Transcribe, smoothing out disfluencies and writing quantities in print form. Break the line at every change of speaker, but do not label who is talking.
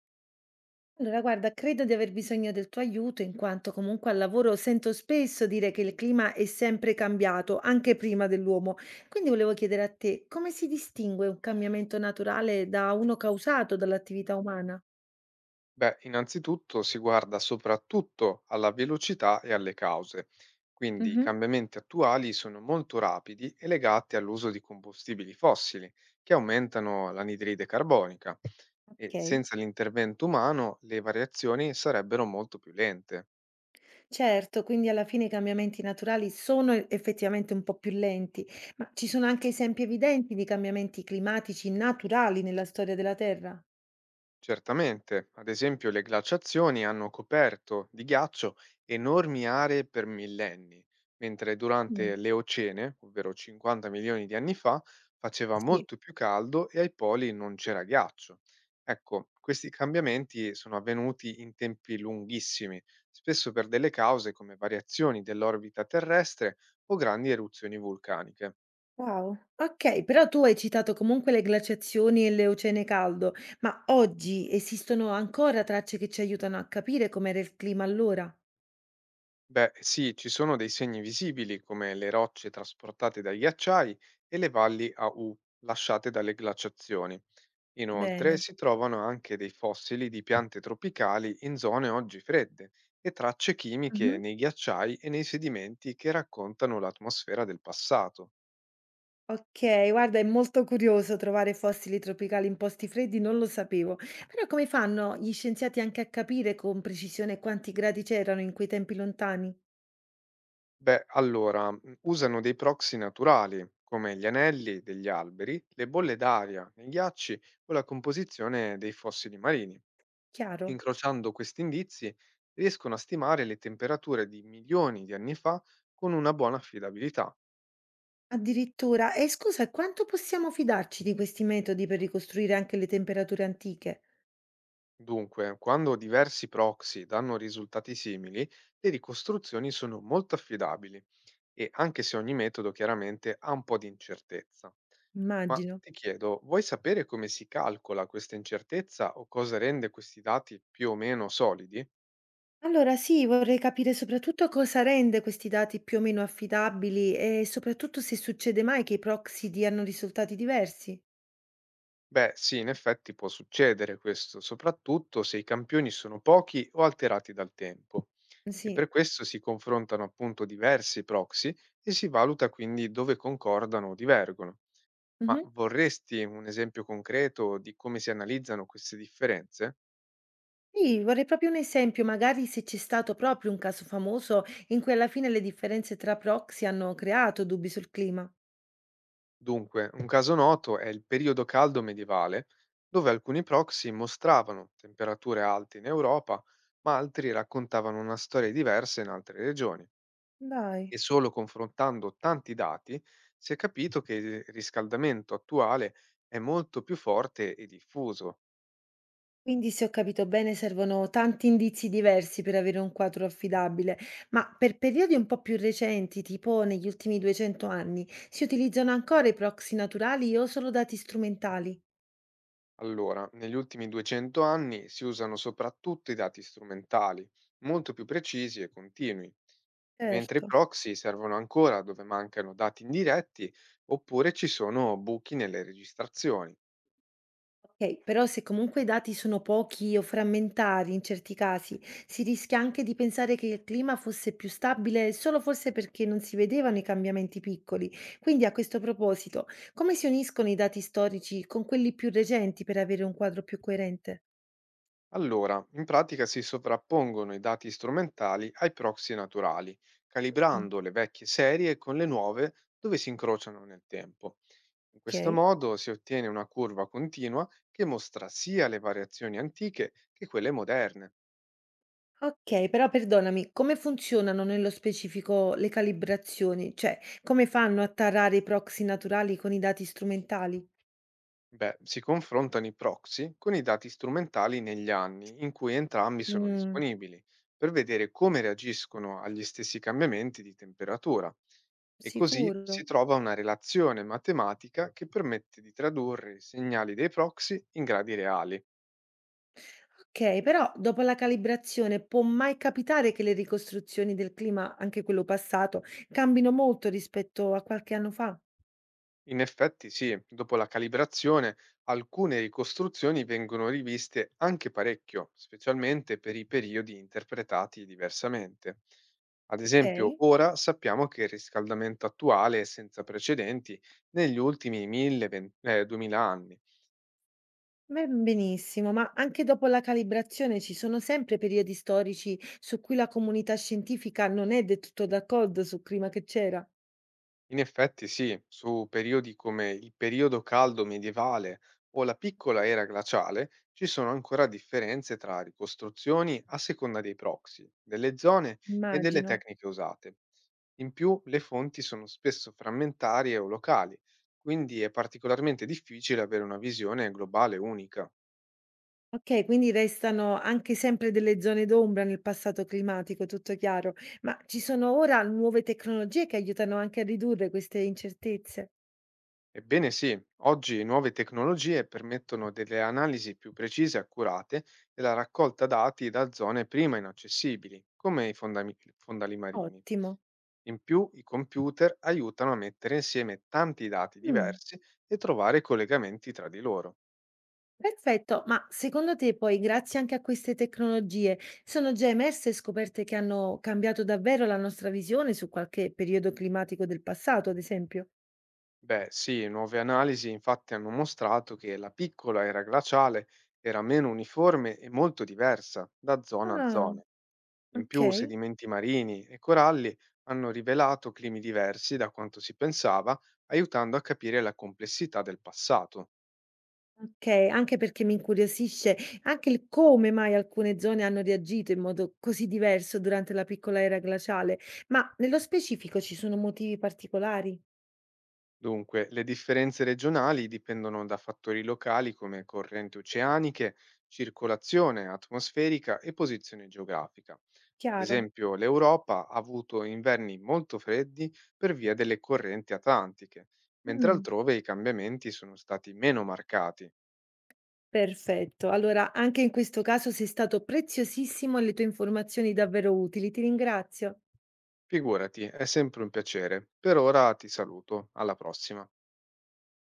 Allora, guarda, credo di aver bisogno del tuo aiuto in quanto comunque al lavoro sento spesso dire che il clima è sempre cambiato, anche prima dell'uomo. Quindi volevo chiedere a te come si distingue un cambiamento naturale da uno causato dall'attività umana?
Beh, innanzitutto si guarda soprattutto alla velocità e alle cause, quindi i
Mhm.
cambiamenti attuali sono molto rapidi e legati all'uso di combustibili fossili, che aumentano l'anidride carbonica, e
Ok.
senza l'intervento umano le variazioni sarebbero molto più lente.
Certo, quindi alla fine i cambiamenti naturali sono effettivamente un po' più lenti, ma ci sono anche esempi evidenti di cambiamenti climatici naturali nella storia della Terra?
Certamente, ad esempio le glaciazioni hanno coperto di ghiaccio enormi aree per millenni, mentre
Mm.
durante l'Eocene, ovvero 50 milioni di anni fa, faceva
Sì.
molto più caldo e ai poli non c'era ghiaccio. Ecco, questi cambiamenti sono avvenuti in tempi lunghissimi, spesso per delle cause come variazioni dell'orbita terrestre o grandi eruzioni vulcaniche.
Wow, okay, però tu hai citato comunque le glaciazioni e l'eocene caldo, ma oggi esistono ancora tracce che ci aiutano a capire com'era il clima allora?
Beh, sì, ci sono dei segni visibili come le rocce trasportate dai ghiacciai e le valli a U lasciate dalle glaciazioni. Inoltre
Bene.
si trovano anche dei fossili di piante tropicali in zone oggi fredde e tracce chimiche
Mh-mh.
nei ghiacciai e nei sedimenti che raccontano l'atmosfera del passato.
Okay, guarda, è molto curioso trovare fossili tropicali in posti freddi, non lo sapevo. Però come fanno gli scienziati anche a capire con precisione quanti gradi c'erano in quei tempi lontani?
Beh, allora, usano dei proxy naturali come gli anelli degli alberi, le bolle d'aria nei ghiacci o la composizione dei fossili marini.
Chiaro.
Incrociando questi indizi, riescono a stimare le temperature di milioni di anni fa con una buona affidabilità.
Addirittura. E scusa, quanto possiamo fidarci di questi metodi per ricostruire anche le temperature antiche?
Dunque, quando diversi proxy danno risultati simili, le ricostruzioni sono molto affidabili e anche se ogni metodo chiaramente ha un po' di incertezza. Ma
Immagino.
ti chiedo, vuoi sapere come si calcola questa incertezza o cosa rende questi dati più o meno solidi?
Allora sì, vorrei capire soprattutto cosa rende questi dati più o meno affidabili e soprattutto se succede mai che i proxy diano risultati diversi.
Beh, sì, in effetti può succedere questo, soprattutto se i campioni sono pochi o alterati dal tempo. E
Sì.
per questo si confrontano appunto diversi proxy e si valuta quindi dove concordano o divergono. Ma
Mhm.
vorresti un esempio concreto di come si analizzano queste differenze?
Sì, vorrei proprio un esempio, magari se c'è stato proprio un caso famoso in cui alla fine le differenze tra proxy hanno creato dubbi sul clima.
Dunque, un caso noto è il periodo caldo medievale, dove alcuni proxy mostravano temperature alte in Europa, ma altri raccontavano una storia diversa in altre regioni.
Dai.
E solo confrontando tanti dati si è capito che il riscaldamento attuale è molto più forte e diffuso.
Quindi, se ho capito bene, servono tanti indizi diversi per avere un quadro affidabile, ma per periodi un po' più recenti, tipo negli ultimi 200 anni, si utilizzano ancora i proxy naturali o solo dati strumentali?
Allora, negli ultimi 200 anni si usano soprattutto i dati strumentali, molto più precisi e continui, e mentre
Certo.
i proxy servono ancora dove mancano dati indiretti oppure ci sono buchi nelle registrazioni.
Okay, però se comunque i dati sono pochi o frammentari in certi casi, si rischia anche di pensare che il clima fosse più stabile solo forse perché non si vedevano i cambiamenti piccoli. Quindi a questo proposito, come si uniscono i dati storici con quelli più recenti per avere un quadro più coerente?
Allora, in pratica si sovrappongono i dati strumentali ai proxy naturali,
Mh.
calibrando le vecchie serie con le nuove dove si incrociano nel tempo. In questo
Okay.
modo si ottiene una curva continua che mostra sia le variazioni antiche che quelle moderne.
Okay, però perdonami, come funzionano nello specifico le calibrazioni? Cioè, come fanno a tarare i proxy naturali con i dati strumentali?
Beh, si confrontano i proxy con i dati strumentali negli anni in cui entrambi sono
Mh,
disponibili, per vedere come reagiscono agli stessi cambiamenti di temperatura e così
sicuro.
si trova una relazione matematica che permette di tradurre i segnali dei proxy in gradi reali.
Okay, però dopo la calibrazione può mai capitare che le ricostruzioni del clima, anche quello passato, cambino molto rispetto a qualche anno fa?
In effetti sì, dopo la calibrazione alcune ricostruzioni vengono riviste anche parecchio, specialmente per i periodi interpretati diversamente. Ad esempio,
Okay,
ora sappiamo che il riscaldamento attuale è senza precedenti negli ultimi 1000 2000 anni.
ben benissimo, ma anche dopo la calibrazione ci sono sempre periodi storici su cui la comunità scientifica non è del tutto d'accordo sul clima che c'era?
In effetti sì, su periodi come il periodo caldo medievale o la piccola era glaciale ci sono ancora differenze tra ricostruzioni a seconda dei proxy, delle zone e delle
Immagino.
tecniche usate. In più le fonti sono spesso frammentarie o locali, quindi è particolarmente difficile avere una visione globale unica.
Okay, quindi restano anche sempre delle zone d'ombra nel passato climatico, tutto chiaro, ma ci sono ora nuove tecnologie che aiutano anche a ridurre queste incertezze?
Ebbene sì, oggi nuove tecnologie permettono delle analisi più precise e accurate e la raccolta dati da zone prima inaccessibili, come i fondali marini.
Ottimo.
In più, i computer aiutano a mettere insieme tanti dati
Mh,
diversi e trovare collegamenti tra di loro.
perfetto. Ma secondo te poi, grazie anche a queste tecnologie, sono già emerse scoperte che hanno cambiato davvero la nostra visione su qualche periodo climatico del passato, ad esempio?
Beh, sì, nuove analisi infatti hanno mostrato che la piccola era glaciale era meno uniforme e molto diversa da zona a
Ah,
zona. In più,
okay.
sedimenti marini e coralli hanno rivelato climi diversi da quanto si pensava, aiutando a capire la complessità del passato.
Okay, anche perché mi incuriosisce anche il come mai alcune zone hanno reagito in modo così diverso durante la piccola era glaciale, ma nello specifico ci sono motivi particolari?
Dunque, le differenze regionali dipendono da fattori locali come correnti oceaniche, circolazione atmosferica e posizione geografica. Ad
Chiaro.
esempio, l'Europa ha avuto inverni molto freddi per via delle correnti atlantiche, mentre
Mh.
altrove i cambiamenti sono stati meno marcati.
Perfetto. Allora, anche in questo caso sei stato preziosissimo e le tue informazioni davvero utili. Ti ringrazio.
Figurati, è sempre un piacere. Per ora ti saluto, alla prossima.